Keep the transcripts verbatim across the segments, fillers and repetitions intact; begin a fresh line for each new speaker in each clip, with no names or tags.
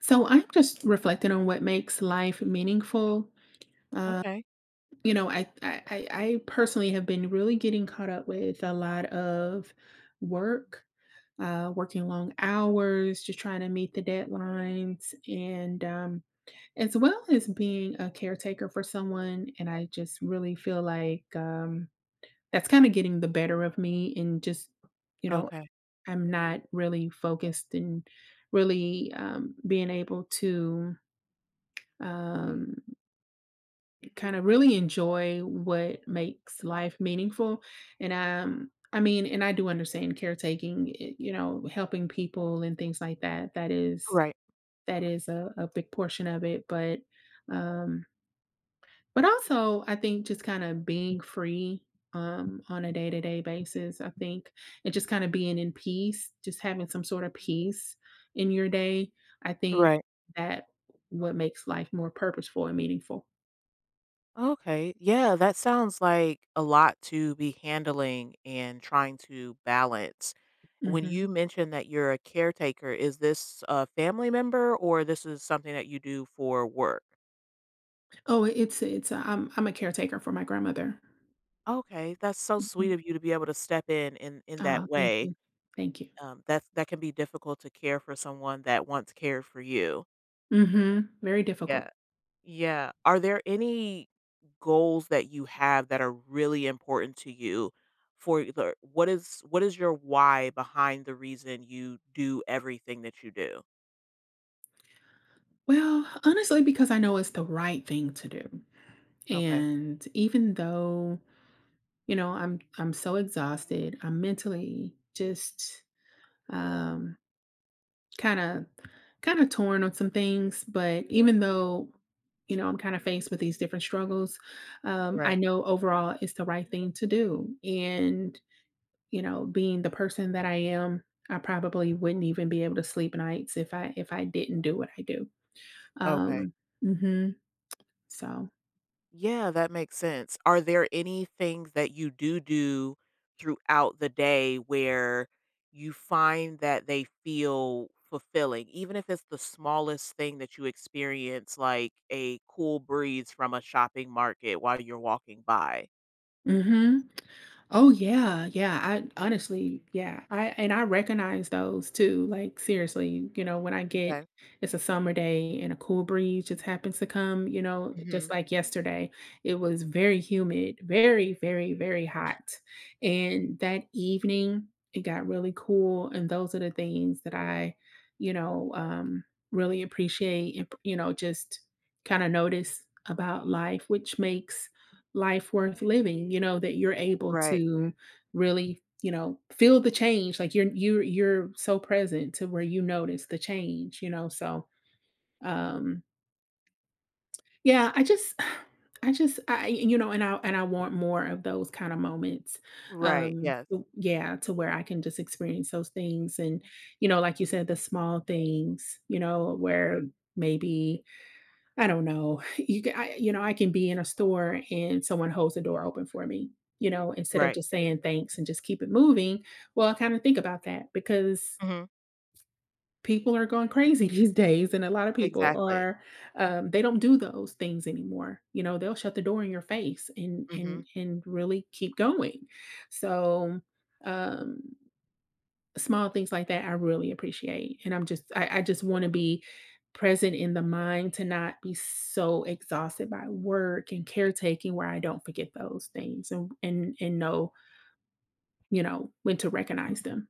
So I'm just reflecting on what makes life meaningful. Uh,
Okay.
you know, I, I I I personally have been really getting caught up with a lot of work, uh, working long hours, just trying to meet the deadlines, and um, as well as being a caretaker for someone. And I just really feel like um, that's kind of getting the better of me, and just you know,
Okay.
I'm not really focused and really um, being able to um, kind of really enjoy what makes life meaningful. And um, I mean, and I do understand caretaking, i- you know, helping people and things like that. That is
Right.
that is a, a big portion of it. But um, but also, I think just kind of being free, um, on a day to day basis. I think, and just kind of being in peace, just having some sort of peace in your day. I think
Right.
that what makes life more purposeful and meaningful.
Okay. Yeah, that sounds like a lot to be handling and trying to balance. When you
Hmm.
mentioned that you're a caretaker, is this a family member or this is something that you do for work?
Oh, it's it's uh, I'm I'm a caretaker for my grandmother.
Okay, that's so sweet
Mhm.
of you to be able to step in in, in
Ah,
that
thank
way.
you. Thank you.
Um, that's that can be difficult to care for someone that once cared for you.
Mhm. Very difficult.
Yeah. Yeah. Are there any goals that you have that are really important to you for the what is what is your why behind the reason you do everything that you do?
Well, honestly, because I know it's the right thing to do.
Okay.
And even though, you know, I'm I'm so exhausted, I'm mentally just um kind of, kind of torn on some things, but even though, you know, I'm kind of faced with these different struggles. Um, I
Right.
know overall it's the right thing to do. And you know, being the person that I am, I probably wouldn't even be able to sleep nights if I if I didn't do what I do.
Okay.
Um, mhm. So,
Yeah, that makes sense. Are there any things that you do do throughout the day where you find that they feel fulfilling, even if it's the smallest thing that you experience, like a cool breeze from a shopping market while you're walking by?
mhm. Oh yeah, yeah. I honestly, yeah. I and I recognize those too. Like seriously, you know, when I get,
Okay.
it's a summer day and a cool breeze just happens to come, you know,
Hmm.
just like yesterday, it was very humid, very, very, very hot. And that evening it got really cool. And those are the things that I, you know, um really appreciate, and you know, just kind of notice about life, which makes life worth living. You know, that you're able
Right.
to really, you know, feel the change. Like you're you're you're so present to where you notice the change, you know. So um yeah, I just I just I you know, and I and I want more of those kind of moments.
Right.
Um
Yes.
w- yeah, to where I can just experience those things and you know, like you said, the small things, you know, where maybe, I don't know. You can, I, you know, I can be in a store and someone holds the door open for me, you know, instead of
Right.
just saying thanks and just keep it moving. Well, I kind of think about that because
Hmm.
people are going crazy these days, and a lot of people
Exactly.
are. Um, they don't do those things anymore. You know, they'll shut the door in your face and and
Hmm.
and really keep going. So. Um, Small things like that I really appreciate, and I'm just I I just wanna be present in the mind to not be so exhausted by work and caretaking, where I don't forget those things and and and know, you know, when to recognize them.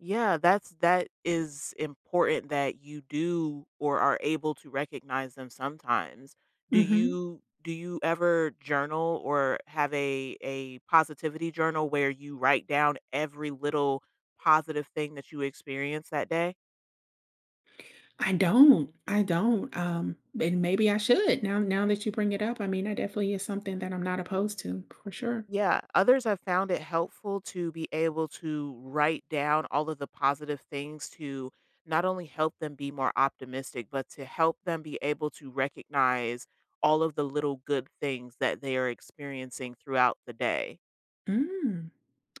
Yeah, that's that is important that you do or are able to recognize them sometimes. Do
Mhm.
you do you ever journal or have a a positivity journal where you write down every little positive thing that you experience that day?
I don't. I don't. Um, and maybe I should now now that you bring it up. I mean, I definitely is something that I'm not opposed to for sure.
Yeah, others have found it helpful to be able to write down all of the positive things to not only help them be more optimistic, but to help them be able to recognize all of the little good things that they are experiencing throughout the day.
Mm.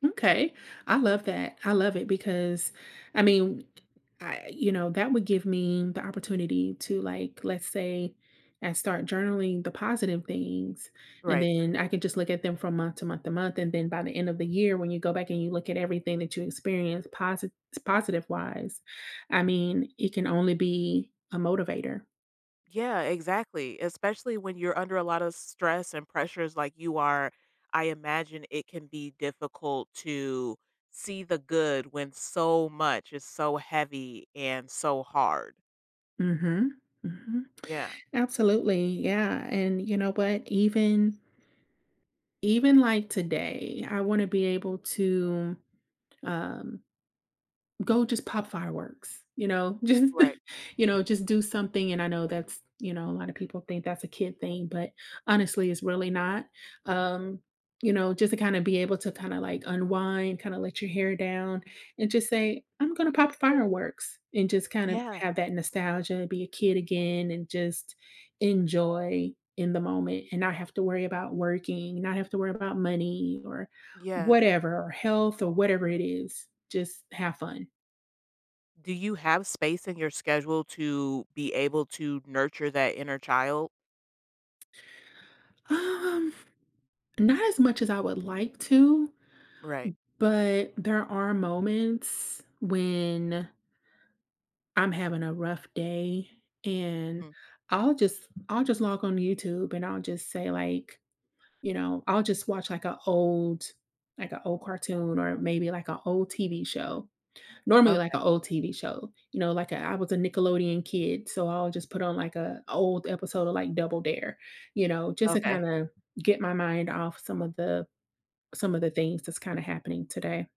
Okay. I love that. I love it because, I mean, I, you know, that would give me the opportunity to, like, let's say I start journaling the positive things, and
Right.
then I can just look at them from month to month to month, and then by the end of the year when you go back and you look at everything that you experienced positive, positive wise, I mean, it can only be a motivator.
Yeah, exactly. Especially when you're under a lot of stress and pressures like you are, I imagine it can be difficult to see the good when so much is so heavy and so hard.
Mhm. Mhm.
Yeah.
Absolutely. Yeah. And you know what? Even even like today, I want to be able to um go just pop fireworks, you know? Just,
Right.
you know, just do something, and I know that's, you know, a lot of people think that's a kid thing, but honestly, it's really not. Um, you know, just to kinda be able to kinda, like, unwind, kinda let your hair down, and just say, "I'm gonna pop fireworks," and just kind of
Yeah.
have that nostalgia, be a kid again, and just enjoy in the moment, and not have to worry about working, not have to worry about money or
Yes.
whatever, or health or whatever it is. Just have fun.
Do you have space in your schedule to be able to nurture that inner child?
Um, Not as much as I would like to,
Right.
but there are moments when I'm having a rough day, and
Mhm.
I'll just I'll just log on YouTube and I'll just say like, you know, I'll just watch like an old like an old cartoon or maybe like an old T V show. Normally like
Okay.
an old T V show. You know, like a, I was a Nickelodeon kid, so I'll just put on like a old episode of like Double Dare, you know, just to
Okay.
kind of get my mind off some of the, Some of the things that's kinda happening today.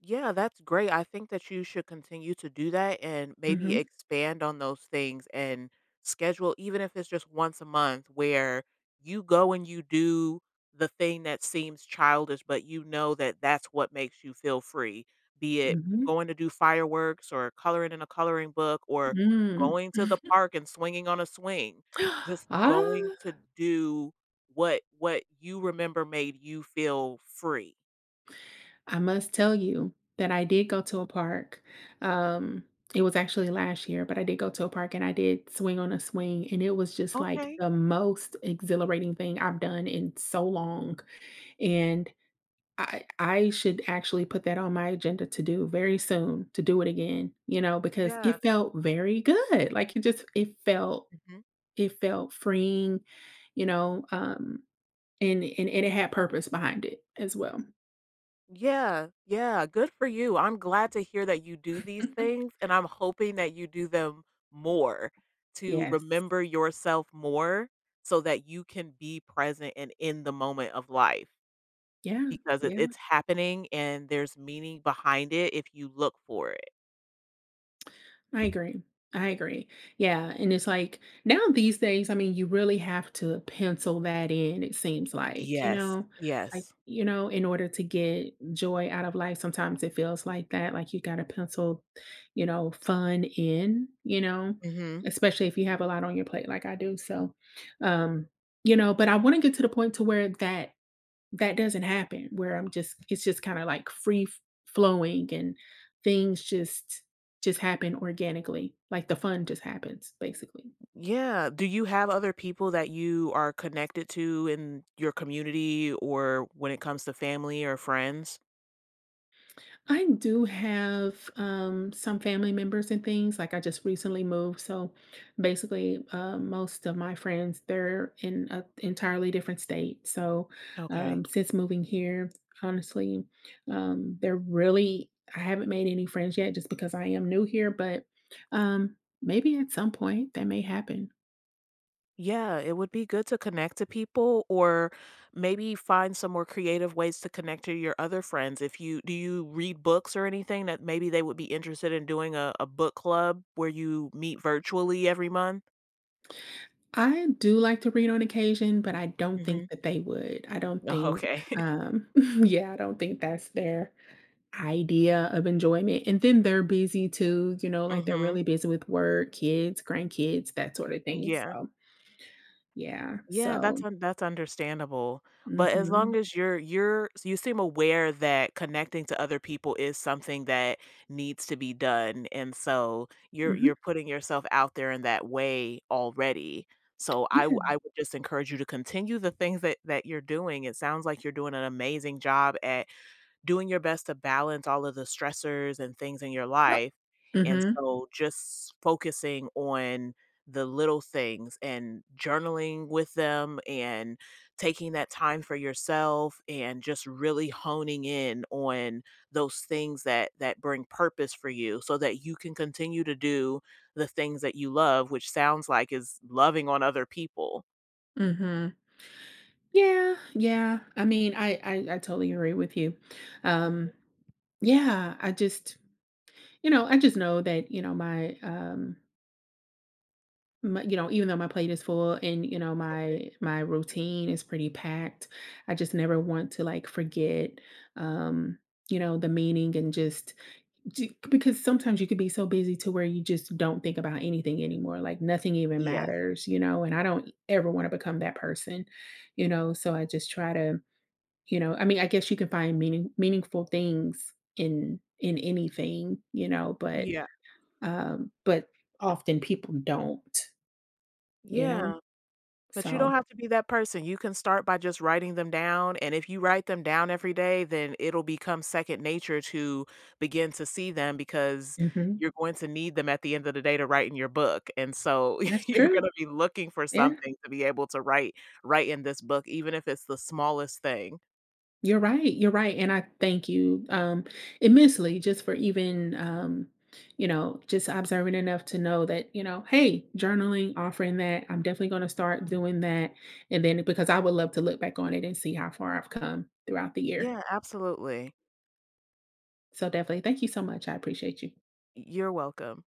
Yeah, that's great. I think that you should continue to do that and maybe
Mhm,
expand on those things and schedule, even if it's just once a month, where you go and you do the thing that seems childish, but you know that that's what makes you feel free, be it
mhm,
going to do fireworks or coloring in a coloring book or
mm.
going to the park and swinging on a swing. Just
Ah,
going to do what what you remember made you feel free.
I must tell you that I did go to a park, um, it was actually last year, but I did go to a park and I did swing on a swing, and it was just, like,
Okay.
the most exhilarating thing I've done in so long, and I I should actually put that on my agenda to do very soon, to do it again, you know, because
Yeah.
it felt very good. Like, it just, it felt
Mhm.
it felt freeing, you know, um, and and and it had purpose behind it as well.
Yeah, yeah, good for you. I'm glad to hear that you do these things, and I'm hoping that you do them more to
Yes.
remember yourself more so that you can be present and in the moment of life
Yeah.
because it,
Yeah.
it's happening and there's meaning behind it if you look for it.
I agree. I agree. Yeah. And it's like now these days, I mean, you really have to pencil that in, it seems like, you
Yes,
know, like,
yes.
you know, in order to get joy out of life, sometimes it feels like that, like you got to pencil, you know, fun in, you know,
Hmm.
especially if you have a lot on your plate like I do. So, um, you know, but I want to get to the point to where that, that doesn't happen, where I'm just, it's just kinda like free f flowing, and things just just happen organically, like the fun just happens, basically.
Yeah. Do you have other people that you are connected to in your community or when it comes to family or friends?
I do have um, some family members and things. Like I just recently moved, so basically, uh, most of my friends, they're in an entirely different state. So
Okay.
um, since moving here, honestly, um, they're really, I haven't made any friends yet, just because I am new here. But um, maybe at some point that may happen.
Yeah, it would be good to connect to people or maybe find some more creative ways to connect to your other friends. If you do you read books or anything that maybe they would be interested in doing a, a book club where you meet virtually every month?
I do like to read on occasion, but I don't think
Hmm.
that they would. I don't
Oh,
think,
okay.
um, yeah, I don't think that's their. Idea of enjoyment, and then they're busy too, you know, like, they're
Hmm.
really busy with work, kids, grandkids, that sort of thing,
Yeah.
so yeah,
Yeah, that's
so
un that's understandable, but as long
mhm,
as you're you're you seem aware that connecting to other people is something that needs to be done, and so you're
mhm,
you're putting yourself out there in that way already, so I
yeah.
w I would just encourage you to continue the things that that you're doing. It sounds like you're doing an amazing job at doing your best to balance all of the stressors and things in your life. And
Mhm,
so just focusing on the little things and journaling with them and taking that time for yourself and just really honing in on those things that that bring purpose for you so that you can continue to do the things that you love, which sounds like is loving on other people.
mhm. Yeah, yeah, I mean, I I I totally agree with you,
Mhm.
um, yeah, I just, you know, I just know that, you know, my, um my, you know, even though my plate is full, and you know, my my routine is pretty packed, I just never want to like forget, um, you know, the meaning, and just ju- because sometimes you could be so busy to where you just don't think about anything anymore. Like nothing even
Yes.
matters, you know. And I don't ever want to become that person, you know. So I just try to, you know, I mean, I guess you can find meaning meaningful things in in anything, you know, but
Yeah.
um, but often people don't, you know.
Yeah. But you
So
don't have to be that person. You can start by just writing them down, and if you write them down every day, then it'll become second nature to begin to see them because
mhm.
you're going to need them at the end of the day to write in your book, and so
That's
you're
true.
gonna be looking for
Yeah.
something to be able to write write in this book, even if it's the smallest thing.
You're right, you're right, and I thank you, um, immensely just for even, um, you know, just observant enough to know that, you know, "Hey, journaling, offering that, I'm definitely gonna start doing that," and then because I would love to look back on it and see how far I've come throughout the year.
Yeah, absolutely.
So, definitely, thank you so much, I appreciate you.
You're welcome.